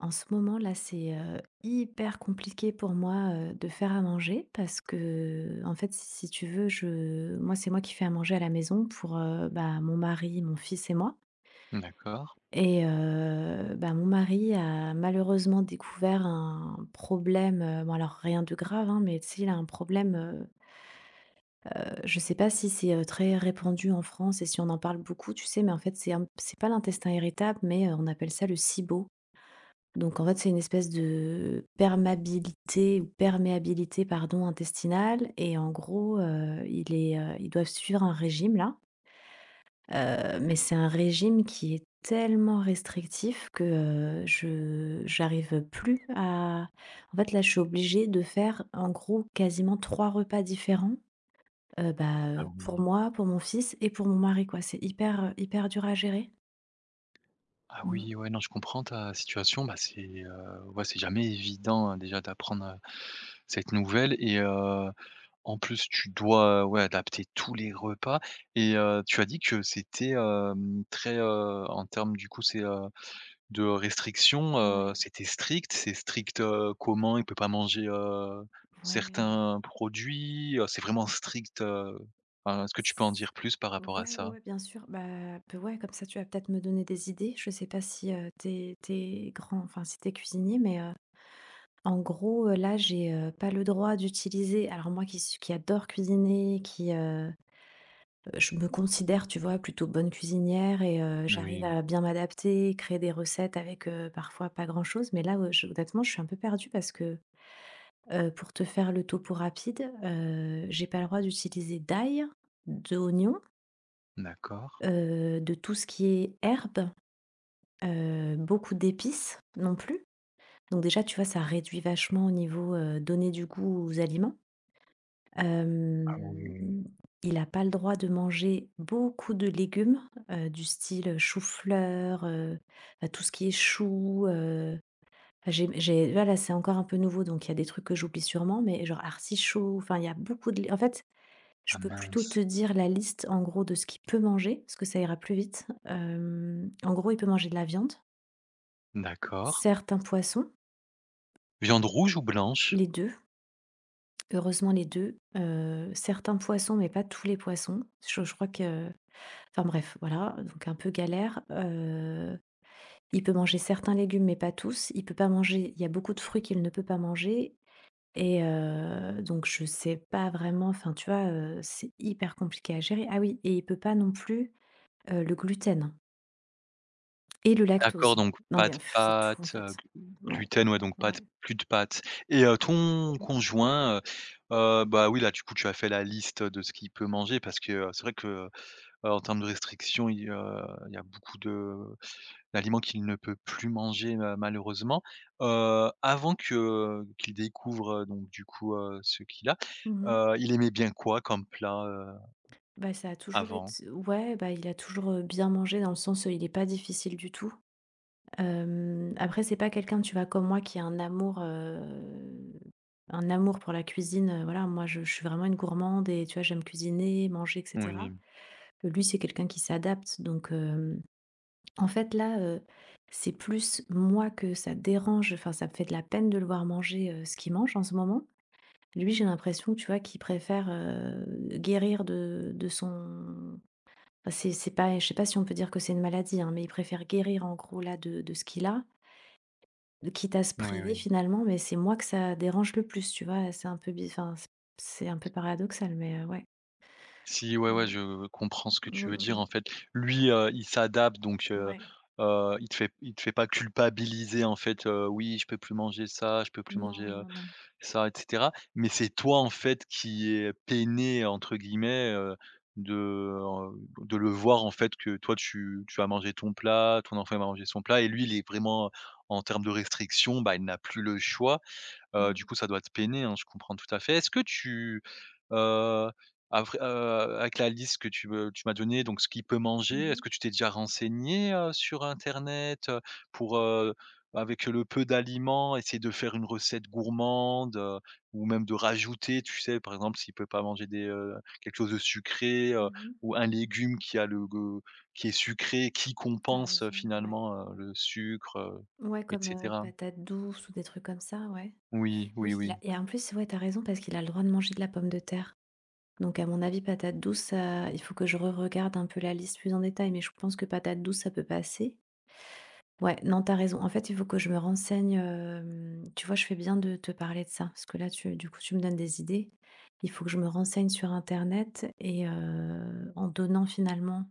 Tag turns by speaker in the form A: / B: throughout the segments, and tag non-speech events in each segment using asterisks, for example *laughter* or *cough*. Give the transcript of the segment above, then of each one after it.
A: En ce moment là, c'est, hyper compliqué pour moi, de faire à manger parce que, en fait, si tu veux, je moi, c'est moi qui fais à manger à la maison pour, bah, mon mari, mon fils et moi.
B: D'accord.
A: Et bah, mon mari a malheureusement découvert un problème, bon, alors rien de grave, hein, mais tu sais, il a un problème, je sais pas si c'est, très répandu en France et si on en parle beaucoup, tu sais? Mais en fait, c'est pas l'intestin irritable, mais, on appelle ça le SIBO. Donc en fait, c'est une espèce de permabilité ou perméabilité, pardon, intestinale. Et en gros, ils doivent suivre un régime là, mais c'est un régime qui est tellement restrictif que, je j'arrive plus à, en fait, là, je suis obligée de faire en gros quasiment 3 repas différents, bah,
B: Ah
A: pour
B: oui.
A: moi, pour mon fils et pour mon mari, quoi. C'est hyper, hyper dur à gérer.
B: Ah
A: Mmh.
B: oui, ouais, non, je comprends ta situation. Bah, c'est, ouais, c'est jamais évident, hein, déjà d'apprendre, cette nouvelle et en plus, tu dois, ouais, adapter tous les repas et tu as dit que c'était, très, en termes, du coup, c'est, de restrictions,
A: Ouais,
B: c'était strict. C'est strict, comment? Il peut pas manger,
A: ouais.
B: certains produits, c'est vraiment strict, enfin, est-ce que tu peux en
A: S
B: dire plus par rapport à
A: ouais, ouais,
B: ça?
A: ouais, bien sûr. Bah, p ouais, comme ça, tu vas peut-être me donner des idées. Je sais pas si, tu es grand enfin, si t'es cuisinier, mais, en gros, là, j'ai pas le droit d'utiliser, alors moi qui adore cuisiner, je me considère, tu vois, plutôt bonne cuisinière et j'arrive
B: Oui.
A: à bien m'adapter, créer des recettes avec, parfois pas grand-chose. Mais là, je honnêtement, je suis un peu perdue parce que, pour te faire le topo rapide, j'ai pas le droit d'utiliser d'ail, d'oignon.
B: D'accord.
A: De tout ce qui est herbe, beaucoup d'épices non plus. Donc déjà, tu vois, ça réduit vachement au niveau, donner du goût aux aliments.
B: Ah oui. Oui.
A: Hem, il a pas le droit de manger beaucoup de légumes, du style chou-fleur, bah, tout ce qui est chou. Heu, j'ai là, c'est encore un peu nouveau, donc il y a des trucs que j'oublie sûrement, mais genre artichaut, enfin, il y a beaucoup de, en fait, je
B: Ah
A: peux plutôt
B: mince,
A: te dire la liste, en gros, de ce qu'il peut manger, parce que ça ira plus vite. En gros, il peut manger de la viande,
B: d'accord.
A: certains poissons,
B: Viande rouge ou blanche?
A: les 2, heureusement les 2, certains poissons, mais pas tous les poissons. Je crois que, enfin bref, voilà, donc un peu galère. Il peut manger certains légumes, mais pas tous. Il peut pas manger Il y a beaucoup de fruits qu'il ne peut pas manger, et donc je sais pas vraiment, enfin, tu vois, c'est hyper compliqué à gérer. Ah oui, et il peut pas non plus, le gluten. Et le
B: D'accord,
A: lactose.
B: donc
A: Non
B: pas
A: mais
B: de
A: pff, c'est tout en
B: pâtes,
A: fait.
B: gl
A: Ouais,
B: gluten, ouais, donc pâtes
A: ouais.
B: plus de pâtes et ton conjoint, bah, oui, là, du coup, tu as fait la liste de ce qu'il peut manger parce que, c'est vrai que, en termes de restrictions, il y a beaucoup de d'aliments qu'il ne peut plus manger, malheureusement. Avant que qu'il découvre, donc du coup, ce qu'il a,
A: Mmh.
B: il aimait bien quoi comme plat,
A: Bah, ça a toujours
B: avant?
A: été, ouais, bah, il a toujours, bien mangé dans le sens, il est pas difficile du tout. Après c'est pas quelqu'un, tu vois, comme moi qui a un amour pour la cuisine, voilà, moi je suis vraiment une gourmande et tu vois, j'aime cuisiner, manger et cetera.
B: Oui,
A: Lui, c'est quelqu'un qui s'adapte, donc hem, en fait là, c'est plus moi que ça dérange, enfin ça me fait de la peine de le voir manger, ce qu'il mange en ce moment. Lui, j'ai l'impression, tu vois, qu'il préfère, guérir de son, bah, c'est pas je sais pas si on peut dire que c'est une maladie, hein, mais il préfère guérir en gros là de ce qu'il a, de, quitte à se
B: oui,
A: priver
B: oui.
A: finalement, mais c'est moi que ça dérange le plus, tu vois? C'est un peu bi enfin, c'est un peu paradoxal, mais ouais,
B: Si, ouais, ouais,
A: ouais.
B: je comprends ce que
A: Mmh
B: tu
A: mh,
B: veux dire,
A: mmh.
B: en fait. Lui, il s'adapte donc
A: Ouais.
B: il te fait pas culpabiliser, en fait, «Oui, je peux plus manger ça, je peux plus
A: Non,
B: manger,
A: non, non.
B: ça» et cetera. Mais c'est toi, en fait, qui est «peiné» entre guillemets, de, heu, de le voir, en fait, que toi tu vas manger ton plat, ton enfant il va manger son plat et lui, il est vraiment en termes de restriction bah, il n'a plus le choix. Du
A: Mmh.
B: coup, ça doit te peiner, hein, je comprends tout à fait. Est-ce que tu, heu, après, avec la liste que tu m'as donnée, donc ce qu'il peut
A: Mmh
B: manger, est-ce
A: mh.
B: que tu t'es déjà renseigné, sur internet, pour, avec le peu d'aliments, essayer de faire une recette gourmande, ou même de rajouter, tu sais, par exemple, s'il peut pas manger des, quelque chose de sucré,
A: Mmh,
B: ou un légume qui a le g qui est sucré, qui compense,
A: raison, ouais.
B: finalement, le sucre,
A: Ouais,
B: et
A: comme,
B: cetera?
A: patates douces ou des trucs comme ça, ouais.
B: Oui, oui,
A: Oui, il
B: oui.
A: a et en plus, ouais, t'as raison parce qu'il a le droit de manger de la pomme de terre. Donc à mon avis, patate douce, ça, il faut que je re-regarde un peu la liste plus en détail, mais je pense que patate douce, ça peut passer. Ouais, non, t'as raison. En fait, il faut que je me renseigne. Tu vois, je fais bien de te parler de ça, parce que là, du coup, tu me donnes des idées. Il faut que je me renseigne sur Internet et en donnant finalement,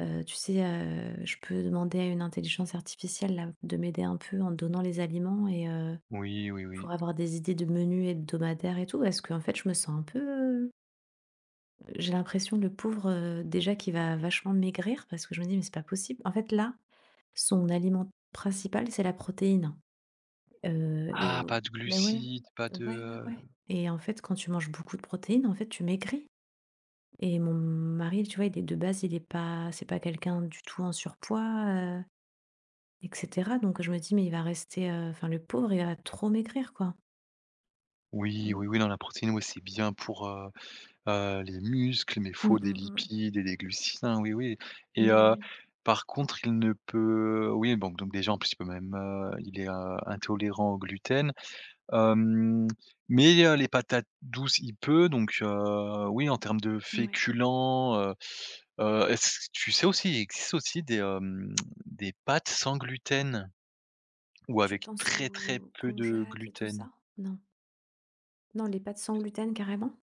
A: tu sais, je peux demander à une intelligence artificielle là, de m'aider un peu en donnant les aliments, et
B: Oui, oui,
A: pour
B: oui.
A: avoir des idées de menus hebdomadaires et tout. Est-ce qu'en fait, je me sens un peu j'ai l'impression, le pauvre, déjà qu'il va vachement maigrir parce que je me dis: «Mais c'est pas possible». En fait, là, son aliment principal, c'est la protéine, et
B: Ah, pas
A: au
B: de
A: mais ouais,
B: glucides, pas
A: ouais,
B: de,
A: ouais, ouais, et en fait, quand tu manges beaucoup de protéines, en fait, tu maigris, et mon mari, tu vois, il est de base, il est pas c'est pas quelqu'un du tout en surpoids, et cetera, donc je me dis: «Mais il va rester, enfin, le pauvre, il va trop maigrir, quoi».
B: oui,
A: Mmh.
B: oui, oui, non, la protéine, oui, c'est bien pour, les muscles, mais faut
A: Mmh,
B: des
A: mmh, mmh.
B: lipides et des glucides, hein, oui, oui et
A: Bah oui,
B: par contre, il ne peut oui, donc déjà, en plus, il peut même, il est, intolérant au gluten, hem, mais les patates douces, il peut donc oui, en termes de
A: ouais.
B: féculents, est-ce tu sais aussi, il existe aussi des, des pâtes sans gluten. Ou
A: Tu
B: avec
A: penses
B: très, très
A: au
B: peu de
A: konjac et tout
B: gluten?
A: ça? Non? Non, les pâtes sans gluten carrément?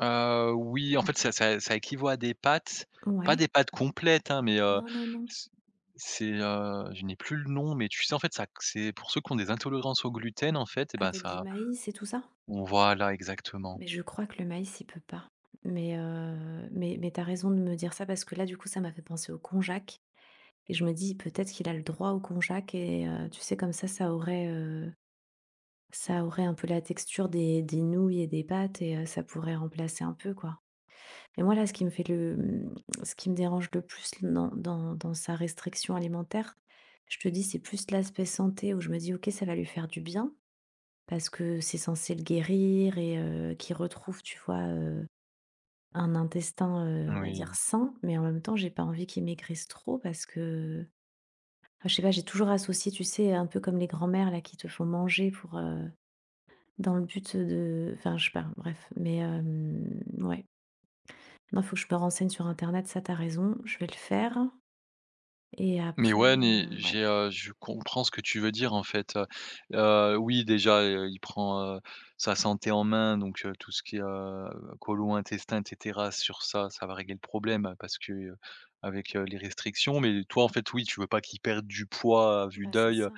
B: Oui, en fait, ça équivaut à des pâtes, pas
A: Ouais.
B: des pâtes complètes, hein, mais
A: Non, non, non.
B: c c'est, je n'ai plus le nom, mais tu sais, en fait, ça c'est pour ceux qui ont des intolérances au gluten, en fait, et ben,
A: Avec du
B: ça
A: maïs et tout ça?
B: on voit là exactement.
A: Mais je crois que le maïs, il peut pas. Mais, mais t'as raison de me dire ça parce que là, du coup, ça m'a fait penser au konjac et je me dis: «Peut-être qu'il a le droit au konjac», et tu sais, comme ça, ça aurait un peu la texture des nouilles et des pâtes, et ça pourrait remplacer un peu, quoi. Et moi, là, ce qui me dérange le plus dans sa restriction alimentaire, je te dis, c'est plus l'aspect santé où je me dis: «OK, ça va lui faire du bien». Parce que c'est censé le guérir et qu'il retrouve, tu vois, un intestin, on va dire
B: Oui.
A: sain. Mais en même temps, j'ai pas envie qu'il maigrisse trop parce que, enfin, je sais pas, j'ai toujours associé, tu sais, un peu comme les grands-mères là qui te font manger pour, dans le but de, enfin, je sais pas, bref. Mais ouais. Non, faut que je me renseigne sur internet, ça, t'as raison, je vais le faire et
B: Mais
A: après,
B: ouais, mais
A: ouais.
B: j'ai, je comprends ce que tu veux dire en fait, oui déjà, il prend, sa santé en main donc tout ce qui est, côlon, intestin et cetera sur ça, ça va régler le problème parce que, avec, les restrictions mais toi en fait, oui, tu veux pas qu'il perde du poids à vue
A: Bah, c'est
B: d'œil,
A: ça.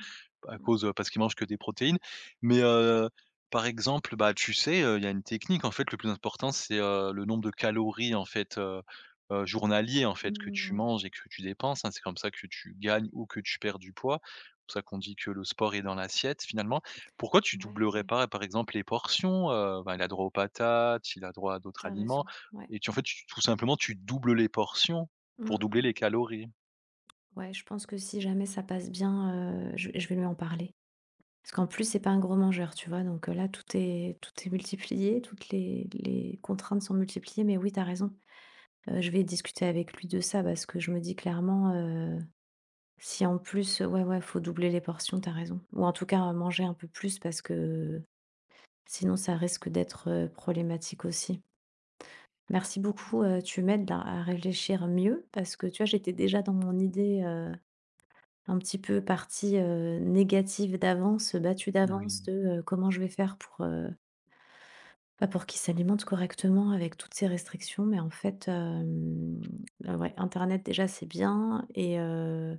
B: à
A: Mmh.
B: cause, parce qu'ils mangent que des protéines. Mais, par exemple, bah, tu sais, il y a une technique en fait, le plus important c'est, le nombre de calories en fait, journalier en fait, que
A: Mmh
B: tu
A: mmh,
B: manges et que tu dépenses, hein. C'est comme ça que tu gagnes ou que tu perds du poids. C'est pour ça qu'on dit que le sport est dans l'assiette finalement. Pourquoi tu
A: mmh.
B: doublerais
A: Ouais,
B: pas, par exemple, les portions? Ben, il a droit aux patates, il a droit à d'autres
A: t'as
B: aliments
A: raison. Ouais.
B: et tu en fait, tu tout simplement, tu doubles les portions
A: Mmh
B: pour
A: mh,
B: doubler
A: mmh.
B: les calories.
A: Ouais, je pense que si jamais ça passe bien, je vais lui en parler. Parce qu'en plus, c'est pas un gros mangeur, tu vois? Donc, là, tout est multiplié, toutes les contraintes sont multipliées, mais oui, t'as raison. Je vais discuter avec lui de ça parce que je me dis clairement, si en plus, ouais, ouais, faut doubler les portions. T'as raison. Ou en tout cas, manger un peu plus parce que sinon ça risque d'être, problématique aussi. Merci beaucoup, tu m'aides là à réfléchir mieux parce que, tu vois, j'étais déjà dans mon idée, un petit peu partie, négative d'avance, battue d'avance
B: Oui.
A: de, comment je vais faire pour, bah, pour qu'ils s'alimentent correctement avec toutes ces restrictions. Mais en fait, ouais, internet déjà c'est bien, et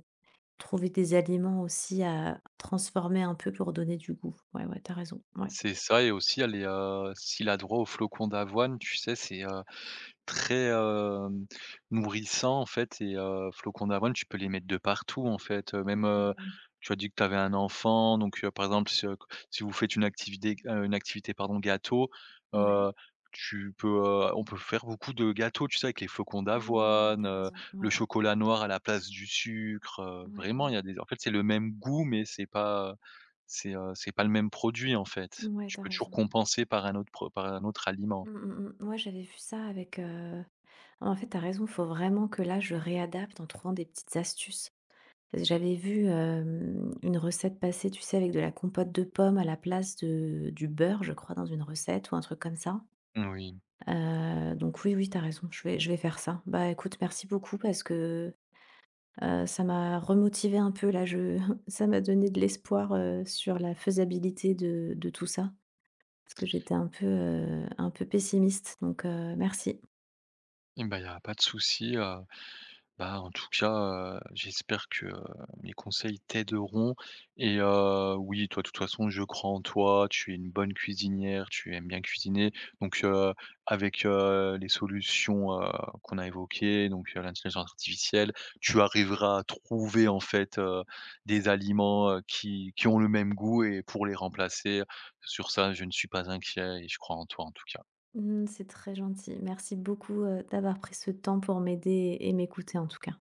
A: trouver des aliments aussi à transformer un peu pour donner du goût. Ouais, ouais, t'as raison, ouais.
B: C'est ça et aussi elle est, s'il a droit aux flocons d'avoine, tu sais, c'est, très, nourrissant en fait et flocons d'avoine, tu peux les mettre de partout en fait, même,
A: Mmh mh,
B: tu as dit que tu avais un enfant donc, par exemple si, si vous faites une activité pardon gâteau,
A: mmh. Ouais.
B: heu, tu peux, on peut faire beaucoup de gâteaux, tu sais? Avec les flocons
A: Mmh
B: d'avoine,
A: mh, raison.
B: le
A: Ouais,
B: chocolat noir à la place du sucre,
A: ouais,
B: vraiment il y
A: ouais.
B: a des en fait c'est le même goût mais c'est pas le même produit en fait.
A: Ouais,
B: Tu
A: tu
B: peux toujours
A: raison.
B: compenser par un autre pro par un autre aliment.
A: Mmh mh, mmh. Ouais, j'avais vu ça avec, en fait, t'as as raison, faut vraiment que là, je réadapte en trouvant des petites astuces. Parce que j'avais vu une recette passer, tu sais, avec de la compote de pommes à la place de du beurre, je crois, dans une recette ou un truc comme ça.
B: Oui.
A: Donc oui, oui, t'as raison, je vais faire ça. Bah, écoute, merci beaucoup parce que, ça m'a remotivé un peu là, je *laughs* ça m'a donné de l'espoir, sur la faisabilité de tout ça, parce que j'étais un peu pessimiste, donc merci.
B: Eh ben il y a pas de souci, bah, en tout cas, j'espère que, mes conseils t'aideront et oui, toi, de toute façon, je crois en toi, tu es une bonne cuisinière, tu aimes bien cuisiner donc avec, les solutions, qu'on a évoquées, donc l'intelligence artificielle, tu arriveras à trouver, en fait, des aliments, qui ont le même goût et pour les remplacer. Sur ça, je ne suis pas inquiet et je crois en toi, en tout cas.
A: Mmh, c'est très gentil. Merci beaucoup, d'avoir pris ce temps pour m'aider et m'écouter, en tout cas.